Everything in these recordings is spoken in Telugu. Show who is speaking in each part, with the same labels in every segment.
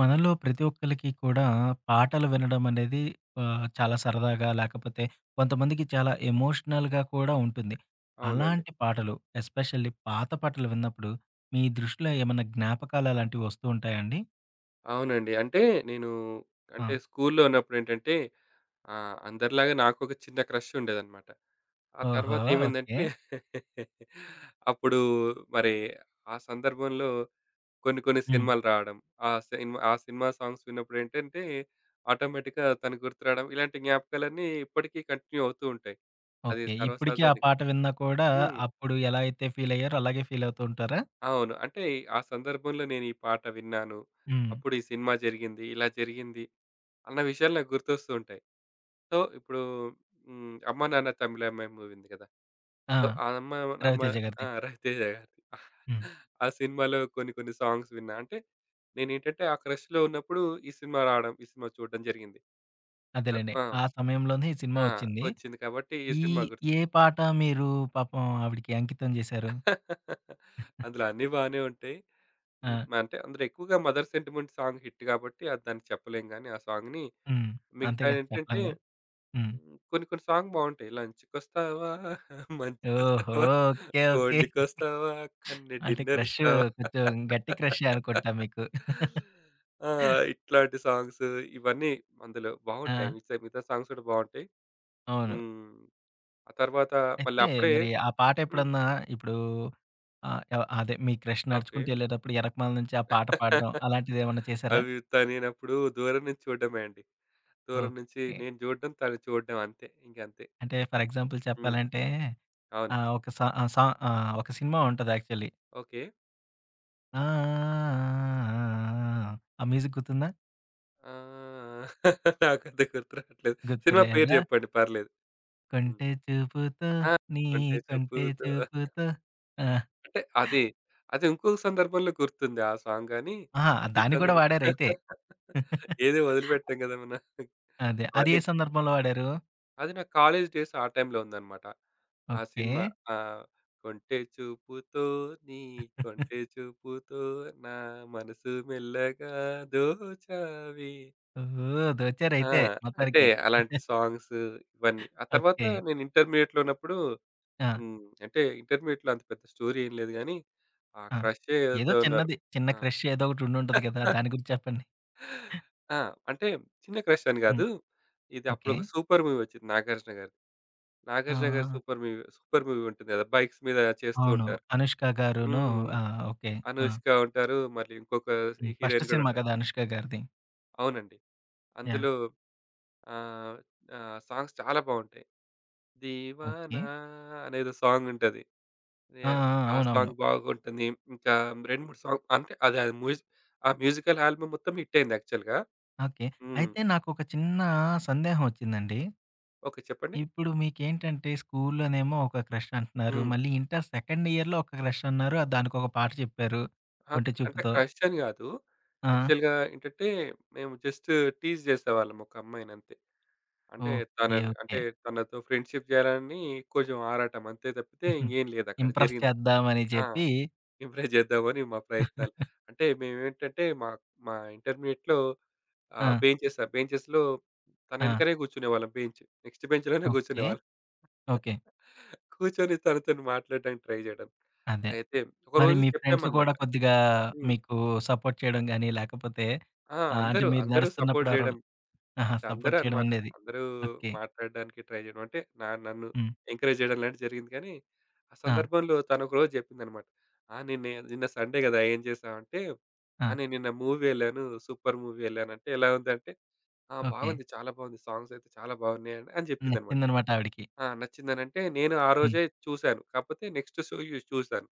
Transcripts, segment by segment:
Speaker 1: మనలో ప్రతి ఒక్కళ్ళకి కూడా పాటలు వినడం అనేది చాలా సరదాగా లేకపోతే కొంతమందికి చాలా ఎమోషనల్‌గా కూడా ఉంటుంది.
Speaker 2: అవునండి.
Speaker 1: అలాంటి పాటలు ఎస్పెషల్లీ పాత పాటలు విన్నప్పుడు మీ దృష్టిలో ఏమన్నా జ్ఞాపకాలు అలాంటివి వస్తూ ఉంటాయా అండి?
Speaker 2: అవునండి. అంటే నేను
Speaker 1: ఆ!
Speaker 2: అంటే స్కూల్లో ఉన్నప్పుడేంటంటే అందరిలాగా నాకొక చిన్న క్రష్ ఉండేదనమాట. ఆ
Speaker 1: ఓహో!
Speaker 2: తర్వాత
Speaker 1: ఓకే.
Speaker 2: ఏమైందంటే అప్పుడు మరి ఆ సందర్భంలో కొన్ని కొన్ని
Speaker 1: హ్మ్.
Speaker 2: సినిమాలు రావడం. ఆ సినిమా సాంగ్స్ విన్నప్పుడేంటంటే ఆటోమేటిక్‌గా తను గుర్తు రావడం. ఇలాంటి జ్ఞాపకాలన్నీ ఇప్పటికీ కంటిన్యూ అవుతూ ఉంటాయి. అది
Speaker 1: ఓకే. ఇప్పటికి ఆ
Speaker 2: సర్వసాధారణం.
Speaker 1: పాట విన్నా కూడా
Speaker 2: హ్మ్.
Speaker 1: అప్పుడు ఎలా అయితే ఫీల్ అయ్యారో అలాగే ఫీల్ అవుతూ ఉంటారా?
Speaker 2: అవును. అంటే ఆ సందర్భంలో నేను ఈ పాట విన్నాను.
Speaker 1: హ్మ్.
Speaker 2: అప్పుడు ఈ సినిమా జరిగింది. ఇలా జరిగింది. అన్న విషయాలు నాకు గుర్తొస్తూ ఉంటాయి. సో, ఇప్పుడు హ్మ్. 'అమ్మ నాన్న తమిళ అమ్మాయి' మూవీ ఉంది కదా!
Speaker 1: ఆ!
Speaker 2: సో, ఆ అమ్మ అమ్మ
Speaker 1: రవితేజ గారిది.
Speaker 2: ఆ! రవితేజ గారిది.
Speaker 1: హ్మ్.
Speaker 2: ఆ సినిమాలో కొన్ని కొన్ని సాంగ్స్ విన్నా. అంటే నేనేంటంటే ఆ క్రష్‌లో ఉన్నప్పుడు ఈ సినిమా రావడం, ఈ సినిమా చూడడం జరిగింది.
Speaker 1: అదేలెండి.
Speaker 2: ఆ!
Speaker 1: ఆ సమయంలోనే ఈ సినిమా
Speaker 2: ఆ!
Speaker 1: వచ్చింది.
Speaker 2: వచ్చింది కాబట్టి ఈ
Speaker 1: ఈ
Speaker 2: సినిమా గుర్తుంది.
Speaker 1: ఏ పాట మీరు పాపం ఆవిడకి అంకితం జేశారు?
Speaker 2: అందులో అన్నీ బానే ఉంటాయి.
Speaker 1: ఆ!
Speaker 2: హ్మ్. అంటే అందులో ఎక్కువగా 'మదర్ సెంటిమెంట్' సాంగ్ హిట్ కాబట్టి అది దానికి చెప్పలేం గానీ ఆ సాంగ్‌ని
Speaker 1: హ్మ్. అంతేగా
Speaker 2: మిగతాయేంటంటే
Speaker 1: చెప్పలేంగా. హ్మ్.
Speaker 2: హ్మ్. కొన్ని కొన్ని సాంగ్ బావుంటాయి. లంచ్‌కొస్తావా,
Speaker 1: ఓహో!
Speaker 2: మంచికొస్తావా,
Speaker 1: ఓకే. ఓకే.
Speaker 2: కోడికొస్తావా, కన్ను
Speaker 1: అంటే క్రష్
Speaker 2: డిన్నరిస్తావా.
Speaker 1: కొంచెం గట్టి క్రషే అనుకుంటా మీకు.
Speaker 2: ఆ! ఇట్లాంటి సాంగ్స్ ఇవన్నీ అందులో
Speaker 1: ఆ!
Speaker 2: బావుంటాయి. మిగతా మిగతా సాంగ్స్ కూడా బావుంటాయి.
Speaker 1: అవును.
Speaker 2: హ్మ్. ఆ తర్వాత మళ్ళీ
Speaker 1: అయితే
Speaker 2: అప్పుడే
Speaker 1: మరి ఆ పాట
Speaker 2: హ్మ్.
Speaker 1: ఎప్పుడన్నా ఇప్పుడు ఆహ్, ఆహ్, అదే మీ క్రష్
Speaker 2: ఓకే.
Speaker 1: నడుచుకుంటూ ఎళ్ళేటప్పుడు ఎనకమాల నుంచి ఆ పాట పాడడం అలాంటిదేమన్నా చేశారా?
Speaker 2: అవి తనేనప్పుడు దూరం నుంచి చూడడమే అండి. దూరం నుంచి
Speaker 1: ఓకే.
Speaker 2: నేను చూడడం, తను చూడడం అంతే. ఇంకంతే.
Speaker 1: అంటే ఫర్ ఎగ్జాంపుల్
Speaker 2: హ్మ్.
Speaker 1: చెప్పాలంటే
Speaker 2: అవును.
Speaker 1: ఆహ్, ఒక సా ఆహ్, సా ఆహ్, ఒక సినిమా ఉంటది యాక్చువల్లీ.
Speaker 2: ఓకే.
Speaker 1: ఆ! ఆ! ఆ! ఆ! ఆ! ఆ! ఆ మ్యూజిక్ గుర్తుందా?
Speaker 2: ఆ! నాకంత గుర్తు రాట్లేదు. సినిమా పేరు
Speaker 1: గుర్తులేదా
Speaker 2: జెప్పండి పర్లేదు. హ్మ్.
Speaker 1: కొంటె చూపుతో
Speaker 2: ఆ!
Speaker 1: నీ
Speaker 2: అంటే
Speaker 1: కొంటె
Speaker 2: చూపుతో
Speaker 1: చూపుతో ఆ!
Speaker 2: అంటే అది. అది ఇంకొక సందర్భంలో గుర్తుంది ఆ సాంగ్ గాని,
Speaker 1: ఆహా!
Speaker 2: ఈ
Speaker 1: దాన్ని కూడా
Speaker 2: సందర్భం
Speaker 1: వాడారైతే.
Speaker 2: ఏదో వదిలిపెట్టాం గదా! మనం.
Speaker 1: అదే. అది
Speaker 2: అవన్నీ
Speaker 1: ఏ సందర్భంలో వాడారు?
Speaker 2: అది నా కాలేజ్ డేస్ ఆ టైమ్‌లో ఉందన్నమాట. ఆ
Speaker 1: ఓకే.
Speaker 2: సినిమా ఆహ్, కొంటె చూపుతో నీ కొంటె చూపుతో నా మనసు మెల్లగా దోచావే
Speaker 1: ఓహ్!
Speaker 2: ఆ!
Speaker 1: దోచారైతే
Speaker 2: అంటే
Speaker 1: మొత్తానికి.
Speaker 2: అలాంటి సాంగ్స్ ఇవన్నీ. ఆ తర్వాత
Speaker 1: ఓకే.
Speaker 2: నేను ఇంటర్మీడియేట్‌లో ఉన్నప్పుడు
Speaker 1: ఆ!
Speaker 2: హ్మ్. అంటే ఇంటర్మీడియేట్‌లో అంత పెద్ద స్టోరీ ఏం లేదు గానీ, ఆ
Speaker 1: ఆ!
Speaker 2: క్రషే
Speaker 1: ఏదో
Speaker 2: ఏదైతే ఉన్నారో
Speaker 1: చిన్నది. చిన్న
Speaker 2: ఆ!
Speaker 1: క్రష్ ఏదో ఒకటి ఉండుంటది కదా! దాని గురించి చెప్పండి.
Speaker 2: ఆ! అంటే చిన్న క్రష్ అని
Speaker 1: హ్మ్.
Speaker 2: గాదు. ఇది
Speaker 1: ఓకే.
Speaker 2: అప్పుడొక సూపర్ మూవీ వచ్చింది 'నాగార్జున' గారిది. 'నాగార్జున' గారి
Speaker 1: ఆ!
Speaker 2: సూపర్ మూవీ ఉంటుంది గదా! బైక్స్ మీద చేస్తూ
Speaker 1: అవును.
Speaker 2: ఉంటారు.
Speaker 1: అనుష్క గారును
Speaker 2: హ్మ్.
Speaker 1: ఆ! ఓకే. ఆ!
Speaker 2: 'అనుష్క' ఉంటారు. మళ్ళీ ఇంకొక
Speaker 1: హ్మ్. ఫస్ట్
Speaker 2: హీరోయిన్ గూడా
Speaker 1: సినిమా
Speaker 2: ఉంటారు.
Speaker 1: కదా! అనుష్క గారిది.
Speaker 2: అవునండి.
Speaker 1: యాహ్!
Speaker 2: అందులో ఆహ్, ఆహ్, సాంగ్స్ చాలా బావుంటాయి.
Speaker 1: ఓకే.
Speaker 2: 'దీవానా' అనేదో సాంగ్ ఉంటది.
Speaker 1: ఆ!
Speaker 2: యాహ్!
Speaker 1: ఆ!
Speaker 2: ఆ
Speaker 1: అవునవును.
Speaker 2: సాంగ్ బాగుంటుంది. ఇంకా 2, 3 సాంగ్ అంటే అది అది మ్యూజిక్ ఆ మ్యూజికల్ ఆల్బమ్ మొత్తం హిట్ అయింది యాక్చువల్‌గా.
Speaker 1: ఓకే.
Speaker 2: హ్మ్.
Speaker 1: అయితే నాకొక చిన్న సందేహం వచ్చిందండి.
Speaker 2: ఓకే. చెప్పండి.
Speaker 1: ఇప్పుడు మీకేంటంటే స్కూల్‌లోనేమో ఒక క్రష్ అంటున్నారు.
Speaker 2: హ్మ్.
Speaker 1: మళ్ళీ ఇంటర్ సెకండ్ ఇయర్‌లో ఒక క్రష్ అన్నారు. దానికొక పాట చెప్పారు. కొంటి
Speaker 2: అంటే
Speaker 1: చూపుతో.
Speaker 2: క్రష్ అని గాదు.
Speaker 1: ఆ!
Speaker 2: యాక్చువల్‌గా ఏంటంటే మేము జస్ట్ టీజ్ చేసేవాళ్ళం ఒక అమ్మాయిని అంతే. అంటే
Speaker 1: ఓకే.
Speaker 2: తనని
Speaker 1: ఓకే.
Speaker 2: అంటే తనతో ఫ్రెండ్‌షిప్ చేయాలని కొంచెం ఆరాటం అంతే తప్పితే
Speaker 1: హుహు.
Speaker 2: ఇంగేం లేదు అక్కడ
Speaker 1: ఇంప్రెస్
Speaker 2: జరిగింది.
Speaker 1: చేద్దామని
Speaker 2: ఆ!
Speaker 1: చెప్పి
Speaker 2: ఇంప్రెస్ చేద్దామని మా ప్రయత్నాలు. అంటే మేమేంటంటే మా మా ఇంటర్మీడియేట్‌లో
Speaker 1: ఆ!
Speaker 2: బెంచెస్‌లో తన
Speaker 1: ఆ!
Speaker 2: వెనకనే కూర్చునేవాళ్ళం బెంచ్. నెక్స్ట్ బెంచ్‌లోనే
Speaker 1: ఓకే.
Speaker 2: కూర్చునేవాళ్ళం.
Speaker 1: ఓకే.
Speaker 2: కూర్చొని తనతోని మాట్లాడడానికి ట్రై చేయడం.
Speaker 1: అదే.
Speaker 2: అయితే
Speaker 1: మరి
Speaker 2: ఒకరోజు
Speaker 1: మీ ఫ్రెండ్స్ కూడా
Speaker 2: చెప్పామన్నమాట.
Speaker 1: కొద్దిగా
Speaker 2: హ్మ్.
Speaker 1: మీకు సపోర్ట్ చేయడం గాని, లేకపోతే
Speaker 2: ఆ!
Speaker 1: అంటే
Speaker 2: అందరూ
Speaker 1: మీరు
Speaker 2: అందరూ సపోర్ట్
Speaker 1: నడుస్తున్నప్పుడు
Speaker 2: చేయడం.
Speaker 1: అరవడం ఆహా!
Speaker 2: అంటే అందరూ
Speaker 1: సపోర్ట్ చేయడం
Speaker 2: అన్నమాట.
Speaker 1: అనేది.
Speaker 2: అందరూ
Speaker 1: ఓకే.
Speaker 2: మాట్లాడడానికి ట్రై చేయడం అంటే నన్ను
Speaker 1: హ్మ్.
Speaker 2: ఎంకరేజ్ చేయడం లాంటిది జరిగింది. కానీ ఆ
Speaker 1: ఆ!
Speaker 2: సందర్భంలో తను ఒకరోజు చెప్పిందన్నమాట. "ఆ! నిన్న నిన్న సండే గదా! ఏం చేశావంటే, ఆ!
Speaker 1: ఆ!
Speaker 2: నేను నిన్న మూవీ ఎళ్ళాను. సూపర్ మూవీ ఎళ్ళానంటే ఎలా ఉందంటే, ఆ!
Speaker 1: ఓకే.
Speaker 2: బాగుంది. చాలా బాగుంది. సాంగ్స్ అయితే చాలా బాగున్నాయి" అని చెప్పిందన్నమాట.
Speaker 1: నచ్చిందనమాట ఆవిడకి.
Speaker 2: ఆ! నచ్చిందనంటే నేను ఆ
Speaker 1: హ్మ్.
Speaker 2: రోజే చూసాను. కాకపోతే నెక్స్ట్ షో చూసాను.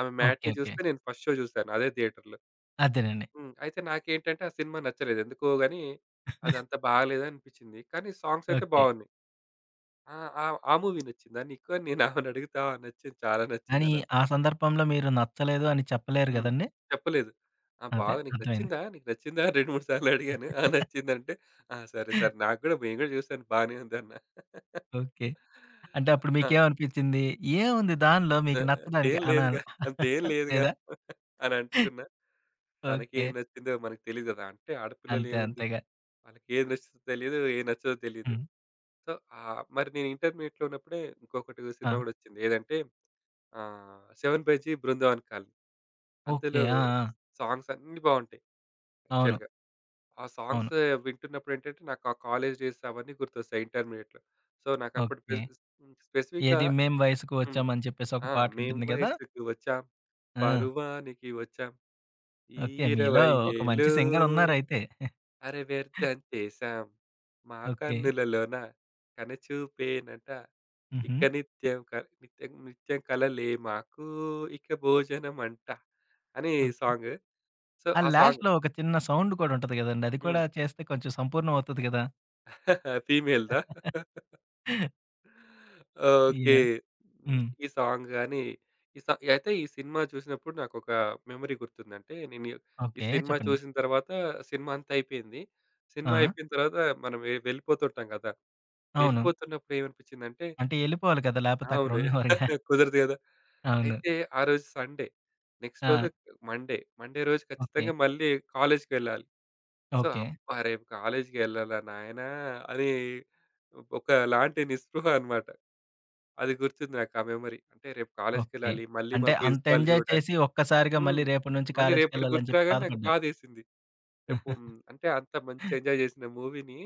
Speaker 2: ఆమె
Speaker 1: ఓకే.
Speaker 2: Matinee
Speaker 1: okay.
Speaker 2: చూస్తే నేను ఫస్ట్ షో చూసాను అదే థియేటర్‌లో.
Speaker 1: అదేనండి.
Speaker 2: హ్మ్. అయితే నాకేంటంటే, ఆ సినిమా నచ్చలేదు. ఎందుకో గాని అదంతా బాలేదనిపించింది. కానీ సాంగ్స్ అయితే
Speaker 1: ఓకే.
Speaker 2: బాగున్నాయి. ఆ! ఆ! ఆ మూవీ నచ్చిందా నీకు? అని నేను ఆమెనడుగుతా నచ్చింది. చాలా
Speaker 1: కానీ
Speaker 2: నచ్చిందన్నది.
Speaker 1: ఆ సందర్భంలో మీరు నచ్చలేదు అని చెప్పలేరు
Speaker 2: హ్మ్.
Speaker 1: గదండీ!
Speaker 2: చెప్పలేదు. ఆ!
Speaker 1: అదే.
Speaker 2: బాగా నీకు
Speaker 1: అర్థమైంది.
Speaker 2: నచ్చిందా? నీకు నచ్చిందా? 2, 3 సార్లు అడిగాను. ఆ! నచ్చిందంటే, ఆ! సరే సరే నాకు కూడా నేను కూడా చూసాను బానే ఉందన్నా.
Speaker 1: ఓకే. అంటే అప్పుడు
Speaker 2: ఆ!
Speaker 1: మీకేమనిపించింది? ఏముంది దానిలో
Speaker 2: ఆ!
Speaker 1: మీకు నచ్చడానికి
Speaker 2: అంతేం
Speaker 1: అనా
Speaker 2: లేదుగా, అంతేం లేదుగా
Speaker 1: లేదా?
Speaker 2: అని అనుకున్నా.
Speaker 1: ఓకే.
Speaker 2: తనకేం నచ్చిందో మనకు తెలీదు కదా! అంటే
Speaker 1: అంతే.
Speaker 2: ఆడపిల్లలేముంది
Speaker 1: అంతేగా.
Speaker 2: వాళ్ళకి ఏది నచ్చుతుందో తెలీదు. ఏది నచ్చదో తెలీదు.
Speaker 1: హ్మ్.
Speaker 2: సో, మరి నేను ఇంటర్మీడియేట్‌లో ఉన్నప్పుడే ఇంకొకటి సినిమా
Speaker 1: ఆ!
Speaker 2: గూడా వచ్చింది. ఏదంటే 'seven by G Brindavan colony.' అందులో
Speaker 1: ఓకే. ఆ! ఆ!
Speaker 2: సాంగ్స్ అన్నీ బావుంటాయి
Speaker 1: అవును.
Speaker 2: యాక్చువల్‌గా. ఆ
Speaker 1: అవును.
Speaker 2: సాంగ్స్ వింటున్నప్పుడు ఏంటంటే, నాకు ఆ కాలేజ్ డేస్ అవన్నీ గుర్తొస్తాయి ఇంటర్మీడియేట్‌లో. సో, నాకప్పుడు
Speaker 1: ఓకే.
Speaker 2: పెస్ స్పెసిఫిక్‌గా
Speaker 1: ఏది మేం వయసుకు
Speaker 2: హ్మ్.
Speaker 1: వచ్చాం అని చెప్పేసి ఒక
Speaker 2: ఆ! మేం
Speaker 1: పాటుంటుంది గదా!
Speaker 2: వయసుకి వచ్చాం,
Speaker 1: ఆ!
Speaker 2: పరువానికి వచ్చాం. ఈ
Speaker 1: ఓకే. మీలో
Speaker 2: 20
Speaker 1: ఒక మంచి
Speaker 2: ఏళ్ళు
Speaker 1: సింగరున్నారయితే.
Speaker 2: అరె! వ్యర్థం చేశాం. మా
Speaker 1: ఓకే.
Speaker 2: కన్నులలోన కనుచూపేనట.
Speaker 1: హుహు.
Speaker 2: ఇక నిత్యం క నిత్యం నిత్యం కలలే మాకు ఇక భోజనమంట అని
Speaker 1: ఓకే.
Speaker 2: సాంగ్. సో,
Speaker 1: ఆ
Speaker 2: ఆ సాంగ్
Speaker 1: లాస్ట్‌లో ఒక చిన్న సౌండ్ కూడా ఉంటది గదండీ! అది కూడా చేస్తే కొంచెం సంపూర్ణం అవుతది గదా!
Speaker 2: హ్మ్. ఫీమేల్‌దా? ఓకే.
Speaker 1: యాహ్!
Speaker 2: హ్మ్.
Speaker 1: హ్మ్.
Speaker 2: ఈ సాంగ్ గాని, ఈ సా అయితే ఈ సినిమా చూసినప్పుడు నాకొక మెమరీ గుర్తుందంటే, నేను ఈ
Speaker 1: ఓకే.
Speaker 2: సినిమా
Speaker 1: చెప్పండి.
Speaker 2: చూసిన తర్వాత సినిమా అంతా అయిపోయింది. సినిమా
Speaker 1: ఆ!
Speaker 2: అయిపోయిన తర్వాత మనం వెళ్ళిపోతుంటాం కదా!
Speaker 1: అవును.
Speaker 2: వెళ్ళిపోతున్నప్పుడు ఏమనిపించిందంటే
Speaker 1: అంటే ఎళ్ళిపోవాలి కదా! లేపోతే అక్కడ
Speaker 2: అవును.
Speaker 1: ఉండనివ్వరుగా.
Speaker 2: కుదరదు కదా!
Speaker 1: అవును.
Speaker 2: అయితే ఆ రోజు సండే. నెక్స్ట్
Speaker 1: ఆ!
Speaker 2: రోజు మండే. మండే రోజు
Speaker 1: ఓకే.
Speaker 2: ఖచ్చితంగా మళ్ళీ కాలేజ్‌కెళ్ళాలి. So,
Speaker 1: okay.
Speaker 2: అబ్బా! రేపు కాలేజ్‌కెళ్ళాలా నాయనా! అని ఒకలాంటి నిస్పృహ అన్నమాట. అది గుర్తుంది నాకు ఆ మెమరీ. అంటే రేపు
Speaker 1: ఓకే.
Speaker 2: కాలేజ్‌కెళ్ళాలి. మళ్ళీ మా
Speaker 1: అంటే అంత
Speaker 2: ప్రిన్సిపాల్
Speaker 1: ఎంజాయ్
Speaker 2: చూడాలి.
Speaker 1: చేసి ఒక్కసారిగా మళ్ళీ
Speaker 2: హ్మ్.
Speaker 1: రేపటి నుంచి
Speaker 2: మళ్ళీ రేపటి
Speaker 1: కాలేజ్‌కెళ్ళాలని
Speaker 2: గుర్తు
Speaker 1: చెప్పి
Speaker 2: రాగానే నాకు
Speaker 1: బాధపడ్డారు.
Speaker 2: బాధేసింది. రేపు హ్మ్, అంటే అంత మంచి ఎంజాయ్ చేసిన మూవీని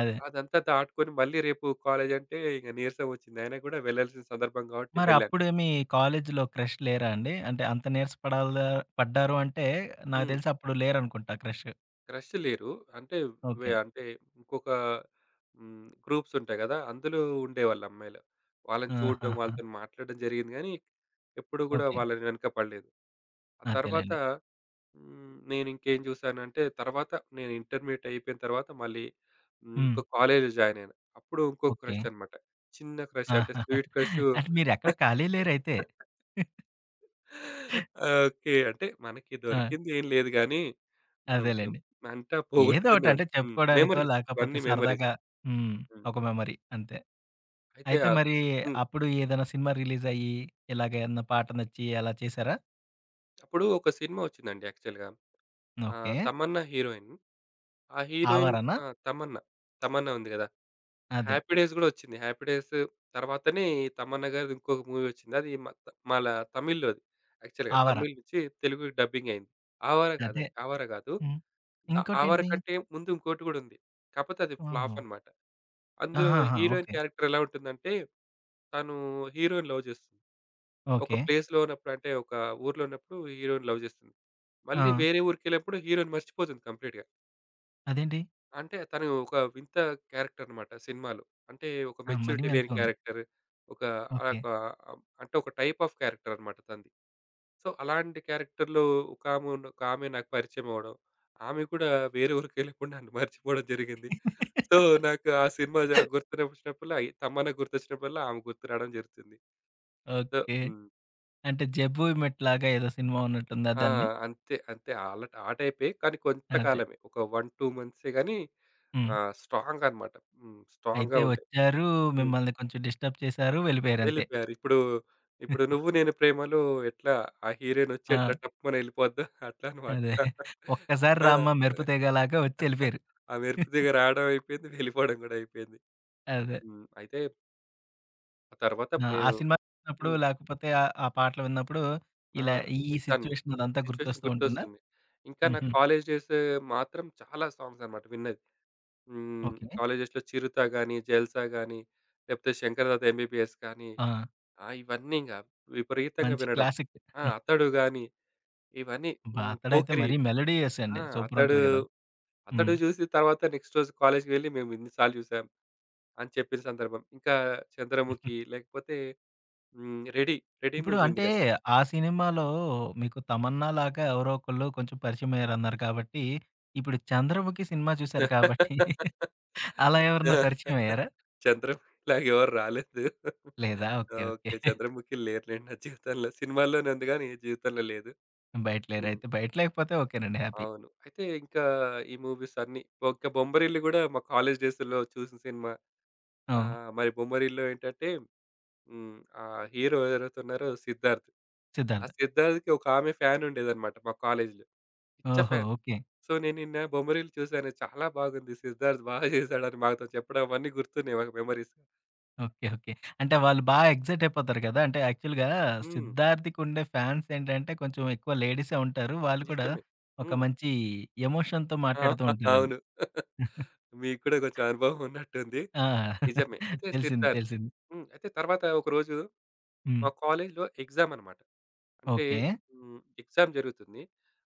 Speaker 1: అదే.
Speaker 2: అదంతా దాటుకొని మళ్ళీ రేపు కాలేజ్ అంటే ఇక నీరసం వచ్చింది. అయినా కూడా వెళ్ళాల్సిన సందర్భం కాబట్టి
Speaker 1: మరి
Speaker 2: వెళ్ళాను.
Speaker 1: అప్పుడు మీ కాలేజ్‌లో క్రష్ లేరా అండి? అంటే అంత నీరస పడాలా పడ్డారు అంటే నాకు
Speaker 2: హ్మ్.
Speaker 1: తెలిసి అప్పుడు లేరనుకుంటా క్రష్.
Speaker 2: క్రష్ లేరు. అంటే
Speaker 1: ఓకే.
Speaker 2: అంటే ఇంకొక హ్మ్, గ్రూప్స్ ఉంటాయి కదా! అందులో ఉండేవాళ్ళు అమ్మాయిలు. వాళ్ళని చూడడం,
Speaker 1: ఆహాహా!
Speaker 2: వాళ్ళతోని మాట్లాడడం జరిగింది గానీ, ఎప్పుడు కూడా
Speaker 1: ఓకే.
Speaker 2: వాళ్ళని వెనక పడలేదు. ఆ తర్వాత
Speaker 1: అంతేలెండి.
Speaker 2: హ్మ్. నేనింకేం జూసానంటే తర్వాత నేను ఇంటర్మీడియేట్ అయిపోయిన తర్వాత మళ్ళీ హ్మ్.
Speaker 1: హ్మ్.
Speaker 2: ఇంకో కాలేజ్‌లో జాయిన్ అయ్యాను. అప్పుడు ఇంకో
Speaker 1: ఓకే.
Speaker 2: క్రష్ అన్నమాట. చిన్న క్రష్ అంటే
Speaker 1: ఆహా!
Speaker 2: స్వీట్ క్రషు
Speaker 1: అంటే మీరెక్కడ ఖాళీ లేరైతే.
Speaker 2: ఓకే. అంటే మనకి
Speaker 1: ఆ!
Speaker 2: దొరికింది ఏం లేదు గానీ, మనం
Speaker 1: అదేలెండి.
Speaker 2: అంతా
Speaker 1: ఏదో
Speaker 2: పోగొట్టుకుందే
Speaker 1: ఒకటి అంటే
Speaker 2: ఉంది. హ్మ్.
Speaker 1: చెప్పుకోవడానికో,
Speaker 2: మెమోరీస్
Speaker 1: లేకపోతే
Speaker 2: ఇవన్నీ మెమోరీస్.
Speaker 1: సరదాగా హ్మ్.
Speaker 2: హ్మ్.
Speaker 1: ఒక మెమరీ అంతే.
Speaker 2: అయితే
Speaker 1: అయితే
Speaker 2: ఆహ్,
Speaker 1: మరి
Speaker 2: హ్మ్.
Speaker 1: అప్పుడు ఏదైనా సినిమా రిలీజ్ అయ్యి, ఇలాగ ఏదన్నా పాట నచ్చి అలా చేసారా?
Speaker 2: అప్పుడు ఒక సినిమా వచ్చిందండి యాక్చువల్‌గా.
Speaker 1: ఓకే.
Speaker 2: తమన్నా హీరోయిన్. ఆ హీరోయిన్
Speaker 1: ఆవారానా?
Speaker 2: ఆ! తమన్నా. తమన్నా ఉంది గదా!
Speaker 1: అదే.
Speaker 2: హ్యాపీ డేస్ గూడా ఒచ్చింది. హ్యాపీ డేస్ తర్వాతనే ఈ తమన్నా గారిది ఇంకొక మూవీ ఒచ్చింది. అది మ త మళ తమిళ్‌లోది యాక్చువల్‌గా.
Speaker 1: ఆవారా
Speaker 2: తమిళ్ నుంచి తెలుగు డబ్బింగ్ అయింది. 'ఆవారా'
Speaker 1: అదే.
Speaker 2: కాదండి. 'ఆవారా' కాదు.
Speaker 1: హ్మ్.
Speaker 2: 'ఆవారా'
Speaker 1: ఇంకోటేంటిది?
Speaker 2: కంటే ముందు ఇంకోటి గూడా ఉంది. కాపోతే అది ఫ్లాప్
Speaker 1: ఓహో!
Speaker 2: అన్నమాట. అందులో
Speaker 1: ఆహాహా!
Speaker 2: Heroine
Speaker 1: okay.
Speaker 2: క్యారెక్టర్ ఎలా ఉంటుందంటే, తను హీరో‌ని లవ్ చేస్తుంది. ఒక
Speaker 1: ఓకే.
Speaker 2: ప్లేస్‌లో ఉన్నప్పుడు అంటే, ఒక ఊర్లో ఉన్నప్పుడు హీరో‌ని లవ్ చేస్తుంది.
Speaker 1: ఆ!
Speaker 2: మళ్ళీ వేరే ఊరికెళ్ళినప్పుడు హీరో‌ని మర్చిపోతుంది కంప్లీట్‌గా.
Speaker 1: అదేంటి?
Speaker 2: అంటే తను ఒక వింత క్యారెక్టర్ అన్నమాట సినిమాలో. అంటే ఒక
Speaker 1: ఆ! మరీ
Speaker 2: మెచ్యూరిటీ లేని
Speaker 1: వింతగుంది.
Speaker 2: క్యారెక్టర్. ఒక ఆహ్,
Speaker 1: ఓకే.
Speaker 2: ఒక అంటే ఒక టైప్ ఆఫ్ క్యారెక్టర్ అన్నమాట తనది. సో, అలాంటి క్యారెక్టర్‌లో ఒకామె నాకు పరిచయం అవ్వడం. ఆమె కూడా వేరే ఊరికెళ్ళకుండా నన్ను మర్చిపోవడం జరిగింది. సో, నాకు ఆ సినిమా గుర్తుకొచ్చినప్పుడల్లా ఈ తమన్నా గుర్తొచ్చినప్పుడల్లా ఆమె గుర్తు రావడం జరుగుతుంది. So
Speaker 1: okay.
Speaker 2: హ్మ్.
Speaker 1: అంటే జబ్బు మెట్‌లాగా ఏదో సినిమా ఉన్నట్టుంది
Speaker 2: ఆ!
Speaker 1: అదా అండి?
Speaker 2: అంతే. అంతే. ఆళ్ళ ఆ టైపే. కానీ
Speaker 1: అదే.
Speaker 2: కొంతకాలమే. ఒక 1, 2 మంత్సే గాని
Speaker 1: హ్మ్.
Speaker 2: స్ట్రాంగ్ అన్నమాట. హ్మ్. స్ట్రాంగ్‌గా
Speaker 1: అయితే
Speaker 2: ఉంటాయి.
Speaker 1: వచ్చారు,
Speaker 2: హ్మ్.
Speaker 1: మిమ్మల్ని కొంచెం డిస్టర్బ్ చేశారు, వెళ్ళిపోయారు అంతే.
Speaker 2: వెళ్ళిపోయారు. ఇప్పుడు 'నువ్వు నేను ప్రేమలో' ఎట్లా ఆ హీరోయినొచ్చి
Speaker 1: ఆ!
Speaker 2: ఎట్లా టప్‌మని ఎళ్ళిపోద్దో అట్లా అన్నమాట.
Speaker 1: అదే. "ఒక్కసారి
Speaker 2: ఆ!
Speaker 1: రామ్మా మెరుపు తీగలాగా" వచ్చి వెళ్ళిపోయారు.
Speaker 2: ఆ మెరుపు తీగ రావడం అయిపోయింది. వెళ్ళిపోవడం గూడా అయిపోయింది.
Speaker 1: అదే.
Speaker 2: హ్మ్. అయితే ఆ తర్వాత
Speaker 1: ఆ! ఆ
Speaker 2: నేను
Speaker 1: సినిమా చూసినప్పుడు
Speaker 2: హ్మ్.
Speaker 1: లేకపోతే ఆ పాటలు విన్నప్పుడు
Speaker 2: ఆ!
Speaker 1: ఇలా ఈ
Speaker 2: మీకు తను
Speaker 1: సిట్యుయేషన్ అదంతా
Speaker 2: సిట్యుయేషన్
Speaker 1: గుర్తొస్తూ ఉంటుందా?
Speaker 2: గుర్తొస్తుంది. ఇంకా నా
Speaker 1: హుహు.
Speaker 2: కాలేజ్ డేస్ మాత్రం చాలా సాంగ్స్ అన్నమాట విన్నది. హ్మ్.
Speaker 1: ఓకే.
Speaker 2: కాలేజ్ డేస్‌లో 'చిరుత' గాని, 'జల్సా' గాని, లేకపోతే 'శంకర్ దాదా ఎంబీబీఎస్' గాని,
Speaker 1: ఆ!
Speaker 2: ఆ! ఇవన్నీ ఇంగ విపరీతంగా
Speaker 1: మంచి
Speaker 2: వినడం.
Speaker 1: క్లాసిక్.
Speaker 2: ఆ! 'అతడు' గాని ఇవన్నీ హ్మ్.
Speaker 1: బాతడైతే
Speaker 2: పోకిరి.
Speaker 1: మరీ మెలోడియస్
Speaker 2: ఆ!
Speaker 1: అండి. సూపర్
Speaker 2: అతడు,
Speaker 1: ఉంటది కదా!
Speaker 2: అతడు
Speaker 1: హ్మ్.
Speaker 2: జూసి తర్వాత నెక్స్ట్ రోజు కాలేజ్‌కి వెళ్లి మేము ఇన్ని సార్లు జూసాం అని చెప్పిన సందర్భం. ఇంకా 'చంద్రముఖి' లేకపోతే హ్మ్. 'రెడీ'
Speaker 1: ఇప్పుడు
Speaker 2: మూవీ ఉంది
Speaker 1: అంటే,
Speaker 2: గదా!
Speaker 1: ఆ సినిమాలో మీకు తమన్నా లాగా ఎవరో ఒకళ్ళు కొంచెం పరిచయమయ్యారన్నారు కాబట్టి, ఇప్పుడు చంద్రముఖి సినిమా చూసారు కాబట్టి, అలా ఎవరన్నా
Speaker 2: ఆ!
Speaker 1: పరిచయమయ్యారా?
Speaker 2: 'చంద్రముఖి'లాగా ఎవరు రాలేదు.
Speaker 1: లేదా? ఓకే. ఓకే.
Speaker 2: ఓకే. 'చంద్రముఖి' లేరులెండి నా జీవితంలో. సినిమాల్లోనే ఉంది గానీ జీవితంలో లేదు.
Speaker 1: బయట
Speaker 2: హ్మ్.
Speaker 1: లేరైతే. బయట లేకపోతే ఓకేనండి. హ్యాపీ.
Speaker 2: అవును. అయితే ఇంకా ఈ మూవీస్ అన్నీ. ఇంకా 'బొమ్మరిల్లు' గూడా మా కాలేజ్ డేస్‌లో చూసిన సినిమా.
Speaker 1: హ్మ్.
Speaker 2: ఆహ్, మరి 'బొమ్మరిల్లులో' ఏంటంటే హ్మ్. ఆ హీరో ఎవరైతే ఉన్నారో సిద్ధార్థ్. ఆ
Speaker 1: సిద్ధార్థ.
Speaker 2: సిద్ధార్థ్‌కి ఒక ఆమె ఫ్యాన్ ఉండేదన్నమాట మా కాలేజ్‌లో. పిచ్చ
Speaker 1: ఓహో!
Speaker 2: ఫ్యాన్.
Speaker 1: ఓకే.
Speaker 2: సో, నేను నిన్న బొమ్మరీలు చూసాను. చాలా బాగుంది. సిద్ధార్థ్ బాగా చేశాడని మాతో చెప్పడం అవన్నీ గుర్తున్నాయి మాకు మెమోరీస్.
Speaker 1: ఓకే. ఓకే. అంటే వాళ్ళు బా ఎక్సైట్ అయిపోతారు కదా! అంటే యాక్చువల్‌గా
Speaker 2: హ్మ్.
Speaker 1: సిద్ధార్థ్‌కుండే ఫ్యాన్స్ ఏంటంటే, కొంచెం ఎక్కువ లేడీసే ఉంటారు. వాళ్ళు కూడా
Speaker 2: నిజమే.
Speaker 1: ఒక
Speaker 2: హ్మ్.
Speaker 1: మంచి ఎమోషన్‌తో
Speaker 2: ఆ!
Speaker 1: మాట్లాడుతూ ఉంటారాళ్ళు.
Speaker 2: అవును. మీకు కూడా కొంచెం అనుభవం ఉన్నట్టుంది.
Speaker 1: ఆ!
Speaker 2: నిజమే. అయితే
Speaker 1: తెలిసింది.
Speaker 2: సిద్ధార్థ్.
Speaker 1: తెలిసింది.
Speaker 2: హ్మ్. అయితే తర్వాత ఒకరోజు
Speaker 1: హ్మ్.
Speaker 2: మా కాలేజ్‌లో ఎగ్జామ్ అన్నమాట. అంటే
Speaker 1: ఓకే.
Speaker 2: హ్మ్. ఎగ్జామ్ జరుగుతుంది.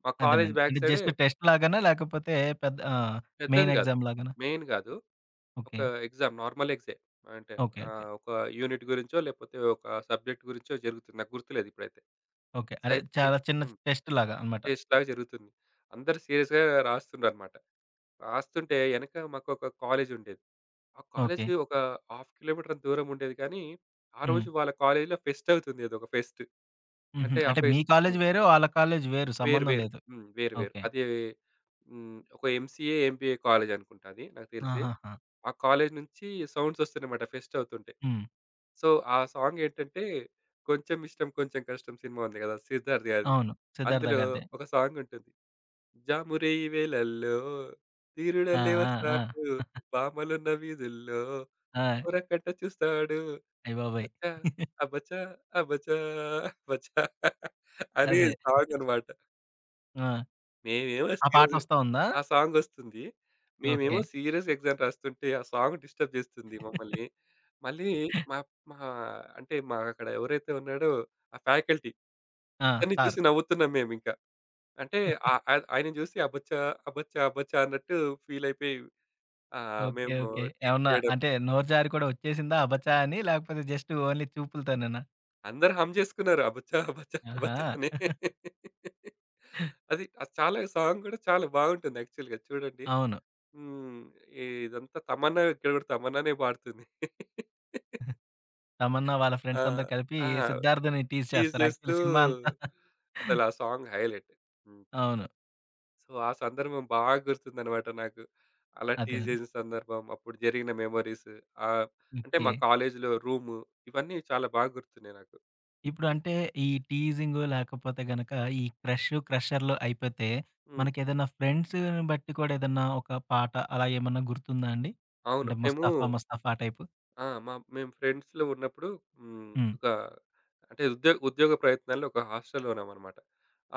Speaker 2: మా కాలేజ్
Speaker 1: అదేనండి.
Speaker 2: బ్యాక్
Speaker 1: అంటే
Speaker 2: సైడే
Speaker 1: జస్ట్ టెస్ట్ లాగానా? లేకపోతే పెద్ద
Speaker 2: పెద్దది
Speaker 1: మెయిన్
Speaker 2: కాదు.
Speaker 1: ఎగ్జామ్ లాగానా?
Speaker 2: మెయిన్ కాదు. ఒక
Speaker 1: ఓకే.
Speaker 2: ఎగ్జామ్. నార్మల్ ఎగ్సే. అంటే
Speaker 1: ఓకే. ఓకే.
Speaker 2: ఒక యూనిట్ గురించో, లేపోతే ఒక సబ్జెక్ట్ గురించో జరుగుతుంది. నాకు గుర్తులేదు ఇప్పుడైతే.
Speaker 1: ఓకే. అదే
Speaker 2: సై ఐ
Speaker 1: చాలా చిన్న
Speaker 2: హ్మ్.
Speaker 1: టెస్ట్ లాగా అన్నమాట.
Speaker 2: టెస్ట్‌లాగా జరుగుతుంది. అందరూ సీరియస్‌గా రాస్తున్నారన్నమాట. రాస్తుంటే ఎనక మాకొక కాలేజుండేది. ఆ కాలేజ్
Speaker 1: ఓకే.
Speaker 2: ఒక హాఫ్ కిలోమీటరంత దూరం ఉండేది కానీ, ఆ
Speaker 1: హ్మ్.
Speaker 2: రోజు వాళ్ళ కాలేజీలో ఫెస్ట్ అవుతుంది. ఏదో ఒక ఫెస్ట్.
Speaker 1: హుహు.
Speaker 2: అంటే ఆ
Speaker 1: అంటే మీ
Speaker 2: ఫెస్ట్
Speaker 1: కాలేజ్
Speaker 2: హ్మ్.
Speaker 1: వేరు, ఆళ్ళ కాలేజ్ వేరు సంబంధం లేదు.
Speaker 2: వేరు వేరు.
Speaker 1: ఓకే.
Speaker 2: అది హ్మ్. ఒక ఎంసీఏ, ఎంబీఏ కాలేజనుకుంటా అది నాకు తెలిసి.
Speaker 1: ఆహాహా!
Speaker 2: ఆ కాలేజు నుంచి సౌండ్సొస్తున్నాయన్నమాట ఫెస్ట్ అవుతుంటే.
Speaker 1: హ్మ్.
Speaker 2: సో, ఆ సాంగేంటంటే 'కొంచెం ఇష్టం కొంచెం కష్టం' సినిమా ఉంది గదా! సిద్ధార్థ్‌ది అది.
Speaker 1: అవును. సిద్ధార్థ
Speaker 2: అందులో
Speaker 1: గారిదే.
Speaker 2: ఒక సాంగుంటుంది. జామురేయి వేళల్లో
Speaker 1: ఆ!
Speaker 2: ధీరుడల్లె
Speaker 1: ఆ! ఆ!
Speaker 2: వస్తాడు, భామలున్న వీధుల్లో
Speaker 1: ఆ!
Speaker 2: ఒరకట్ట చూస్తాడు.
Speaker 1: అయ్యబాబోయ్!
Speaker 2: అచ్చా! అబచా! అబచా! అబచా! అనే
Speaker 1: అదే.
Speaker 2: సాంగనమాట.
Speaker 1: ఆ!
Speaker 2: మేమేమో
Speaker 1: ఆ పాట
Speaker 2: సీరియస్
Speaker 1: వస్తా ఉందా?
Speaker 2: ఆ సాంగొస్తుంది.
Speaker 1: ఓకే.
Speaker 2: మేమేమో సీరియస్ ఎగ్జామ్ రాస్తుంటే ఆ సాంగ్ డిస్టర్బ్ చేస్తుంది మమ్మల్ని. మళ్ళీ మా మా అంటే మా అక్కడ ఎవరైతే ఉన్నాడో ఆ ఫ్యాకల్టీ
Speaker 1: ఆ!
Speaker 2: ఇతన్ని
Speaker 1: సార్.
Speaker 2: చూసి నవ్వుతున్నాం మేమింకా. అంటే ఆహ్, ఆహ్, ఆయనని చూసి అబచ్చా, అబచ్చా, అబచ్చా అన్నట్టు ఫీల్ అయిపోయి
Speaker 1: ఓకే.
Speaker 2: మేము
Speaker 1: ఓకే.
Speaker 2: టీజ్
Speaker 1: ఏమన్నా
Speaker 2: చేయడం.
Speaker 1: అంటే నోరు జారి కూడా వచ్చేసిందా అబచా అని? లేకపోతే జస్ట్ ఓన్లీ చూపులతోనేనా?
Speaker 2: అందరూ హమ్ చేసుకున్నారు. అబచ్చా, అబచ్చా,
Speaker 1: ఆహా!
Speaker 2: అబచ్చా అని. అది ఆ చాలా సాంగ్ కూడా చాలా బాగుంటుంది యాక్చువల్‌గా చూడండి.
Speaker 1: అవును.
Speaker 2: హ్మ్. ఇదంతా తమన్నా ఇక్కడ కూడా తమన్నానే పాడుతుంది.
Speaker 1: తమన్నా వాళ్ళ
Speaker 2: ఆ!
Speaker 1: ఫ్రెండ్స్ అందరూ కలిపి
Speaker 2: ఆ!
Speaker 1: సిద్ధార్థ్‌ని టీజ్
Speaker 2: టీజ్
Speaker 1: చేస్తారు.
Speaker 2: చేస్తూ
Speaker 1: యాక్చువల్లీ సినిమా అంతా
Speaker 2: అసలు ఆ సాంగ్ హైలైట్. హ్మ్.
Speaker 1: అవును.
Speaker 2: సో, ఆ సందర్భం బాగా గుర్తుందనమాట నాకు. అలా టీజ్
Speaker 1: అదేనండి.
Speaker 2: చేసిన సందర్భం, అప్పుడు జరిగిన మెమోరీస్ ఆహ్, అంటే
Speaker 1: ఓకే.
Speaker 2: మా కాలేజీలో రూము ఇవన్నీ చాలా బాగా గుర్తున్నాయి నాకు.
Speaker 1: ఇప్పుడు అంటే ఈ టీజింగు లేకపోతే గనక ఈ క్రష్, క్రషర్‌లు అయిపోతే
Speaker 2: హ్మ్.
Speaker 1: మనకేదైనా ఫ్రెండ్స్‌ని బట్టి కూడా ఏదన్నా ఒక పాట అలా ఏమన్నా గుర్తుందా అండి?
Speaker 2: అవును.
Speaker 1: అంటే
Speaker 2: మేము
Speaker 1: ముస్తఫా ముస్తఫా టైపు?
Speaker 2: ఆ! మేము ఫ్రెండ్స్‌లో ఉన్నప్పుడు హ్మ్.
Speaker 1: హ్మ్.
Speaker 2: ఒక అంటే ఉద్యోగ ప్రయత్నాల్లో ఒక హాస్టల్‌లో ఉన్నామనమాట.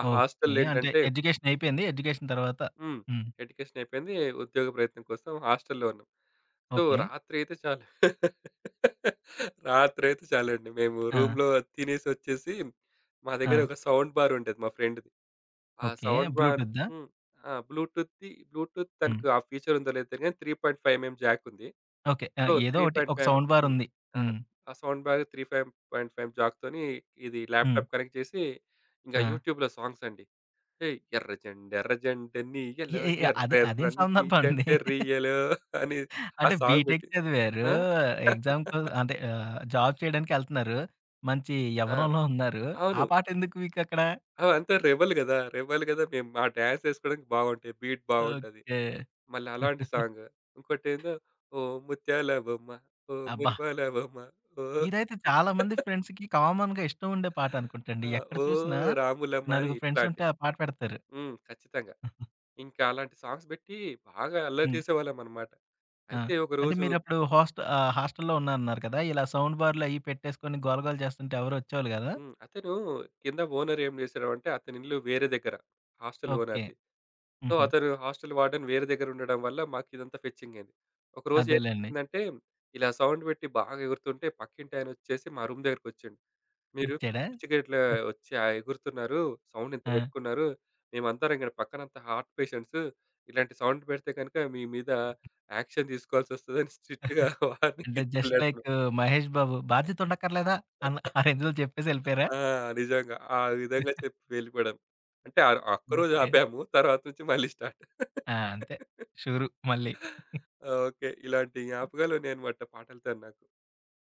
Speaker 2: ఆ
Speaker 1: ఓకే.
Speaker 2: హాస్టల్
Speaker 1: అంటే
Speaker 2: ఏంటంటే
Speaker 1: ఎడ్యుకేషన్ అయిపోయింది. ఎడ్యుకేషన్ తర్వాత
Speaker 2: హ్మ్.
Speaker 1: హ్మ్.
Speaker 2: ఎడ్యుకేషన్ అయిపోయింది. ఉద్యోగ ప్రయత్నం కోసం హాస్టల్‌లో ఉన్నాం. So,
Speaker 1: okay.
Speaker 2: రాత్రయితే చాలు. రాత్రయితే చాలండి. మేము
Speaker 1: ఆ!
Speaker 2: రూమ్‌లో తినేసొచ్చేసి, మా దగ్గర
Speaker 1: ఆ!
Speaker 2: ఒక సౌండ్ బార్ ఉండేది మా ఫ్రెండ్‌ది. ఆ
Speaker 1: ఓకే.
Speaker 2: Sound bar
Speaker 1: బ్లూటూత్‌దా?
Speaker 2: హ్మ్. ఆ! బ్లూటూత్
Speaker 1: హ్మ్.
Speaker 2: తనకు ఆ ఫీచర్ ఉందో లేదో తెలీదు గానీ 3.5 ఎంఎం జాక్ ఉంది.
Speaker 1: ఓకే. ఆ!
Speaker 2: సో,
Speaker 1: ఏదో ఒకటి ఒక
Speaker 2: 3.5
Speaker 1: సౌండ్ బార్
Speaker 2: హ్మ్.
Speaker 1: ఉంది.
Speaker 2: ఆ!
Speaker 1: హ్మ్.
Speaker 2: ఆ సౌండ్ బార్ 3.5 జాక్‌తోని ఇది
Speaker 1: హ్మ్.
Speaker 2: ల్యాప్‌టాప్ కనెక్ట్ చేసి, ఇంక
Speaker 1: ఆ!
Speaker 2: యూట్యూబ్‌లో సాంగ్స్ అండి. ఏయ్! ఎర్ర జెండ
Speaker 1: ఎ
Speaker 2: నీయలో
Speaker 1: ఎ అదే అదేం
Speaker 2: ఎర్రెర్రనిది
Speaker 1: సందర్భం అండి.
Speaker 2: జెండెర్రియలో అని ఆ
Speaker 1: అంటే
Speaker 2: సాంగ్
Speaker 1: బీటెక్
Speaker 2: పెట్టి
Speaker 1: చదివారు.
Speaker 2: ఆ!
Speaker 1: ఎగ్జామ్ కో అంటే జాబ్ చేయడానికెళ్తున్నారు. మంచి
Speaker 2: ఆ!
Speaker 1: యవ్వనంలో ఉన్నారు. ఆ
Speaker 2: అవును.
Speaker 1: పాటెందుకు మీకక్కడ?
Speaker 2: అవంతా రెబెల్ గదా! రెబెల్ గదా! మేము ఆ డాన్స్ ఏసుకోవడానికి బాగుంటాయి. బీట్ బాగుంటది.
Speaker 1: ఓకే.
Speaker 2: మళ్ళీ అలాంటి సాంగ్. ఇంకోటేందో ఓ ముత్యాల బొమ్మ, ఓ
Speaker 1: అబ్బా!
Speaker 2: మురిపాల బొమ్మ, ఓ
Speaker 1: ఇదైతే చాలా మంది ఫ్రెండ్స్‌కి కామన్‌గా ఇష్టం ఉండే పాట అనుకుంటండి.
Speaker 2: ఆ!
Speaker 1: ఎక్కడ
Speaker 2: ఓ
Speaker 1: చూసినా
Speaker 2: రాములమ్మ అని
Speaker 1: నలుగురు ఫ్రెండ్స్ ఉంటే
Speaker 2: ఇట్లాంటివి.
Speaker 1: ఆ పాట పెడతారు.
Speaker 2: హ్మ్. ఖచ్చితంగా. ఇంకా అలాంటి సాంగ్స్ బెట్టి బాగా అల్లరి
Speaker 1: హ్మ్.
Speaker 2: చేసేవాళ్ళమన్నమాట.
Speaker 1: ఆ!
Speaker 2: అయితే
Speaker 1: అంటే
Speaker 2: ఒకరోజు
Speaker 1: మీరప్పుడు హాస్టల్‌లో ఉన్నారన్నారు కదా! ఇలా సౌండ్ బార్‌లు అయి పెట్టేసుకొని గోల గోల చేస్తుంటే ఎవరు వచ్చేవాళ్ళు కాదా?
Speaker 2: హ్మ్. కింద ఓనర్ ఏం చేశాడంటే అతని ఇల్లు వేరే దగ్గర. Hostel
Speaker 1: okay.
Speaker 2: ఓనర్‌ది. సో,
Speaker 1: హుహు.
Speaker 2: హాస్టల్ వార్డెన్ వేరే దగ్గర ఉండడం వల్ల మాకు ఇదంతా ఫెచ్చింగ్ అయింది. ఒకరోజు
Speaker 1: అదేలెండి.
Speaker 2: ఏమైందంటే ఇలా సౌండ్ పెట్టి బాగా ఎగురుతుంటే పక్కింటాయన వచ్చేసి మా రూమ్ దగ్గరికొచ్చిండు. "మీరు పిచ్చి
Speaker 1: వచ్చాడా?
Speaker 2: పిచ్చిగా ఇట్లా వచ్చి ఎగురుతున్నారు. సౌండ్ ఇంత
Speaker 1: ఆ!
Speaker 2: పెట్టుకున్నారు. మేమందరం ఇక్కడ పక్కనంతా హార్ట్ పేషెంట్స్. ఇలాంటి సౌండ్ పెడితే గనుక మీ మీద యాక్షన్ తీసుకోవాల్సొస్తదని" స్ట్రిక్ట్‌గా వార్నింగ్
Speaker 1: అంటే
Speaker 2: ఇచ్చి
Speaker 1: జస్ట్ లైక్
Speaker 2: వెళ్ళాడు.
Speaker 1: మహేష్ బాబు బాధ్యత ఉండక్కర్లేదా ఆ రేంజ్‌లో చెప్పేసి ఎళ్ళిపోయారా?
Speaker 2: ఆ! నిజంగా. ఆ విధంగా చెప్పి వెళ్ళిపోవడం. అంటే ఒక్కరోజు
Speaker 1: ఓకే.
Speaker 2: ఆపాము. తర్వాత నుంచి మళ్ళీ స్టార్ట్.
Speaker 1: ఆ! అంతే. షురు మళ్ళీ.
Speaker 2: ఓకే. ఇలాంటి జ్ఞాపకాలు ఉన్నాయన్నమాట పాటలతోని నాకు.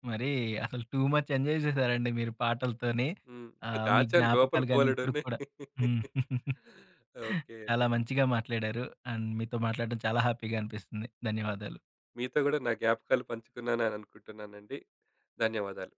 Speaker 1: మరి అసలు టూ మచ్ ఎంజాయ్ చేసారండి మీరు పాటలతోని.
Speaker 2: హ్మ్.
Speaker 1: ఆహ్, మీ
Speaker 2: దాచాను లోపల
Speaker 1: జ్ఞాపకాలు గాని ఇప్పటికి
Speaker 2: బోలెడున్నాయి.
Speaker 1: కూడా. హ్మ్.
Speaker 2: ఓకే అండి.
Speaker 1: చాలా మంచిగా మాట్లాడారు. అండ్ మీతో మాట్లాడడం చాలా హ్యాపీగా అనిపిస్తుంది. ధన్యవాదాలు.
Speaker 2: మీతో గూడా నా జ్ఞాపకాలు పంచుకున్నానని అనుకుంటున్నానండి. ధన్యవాదాలు.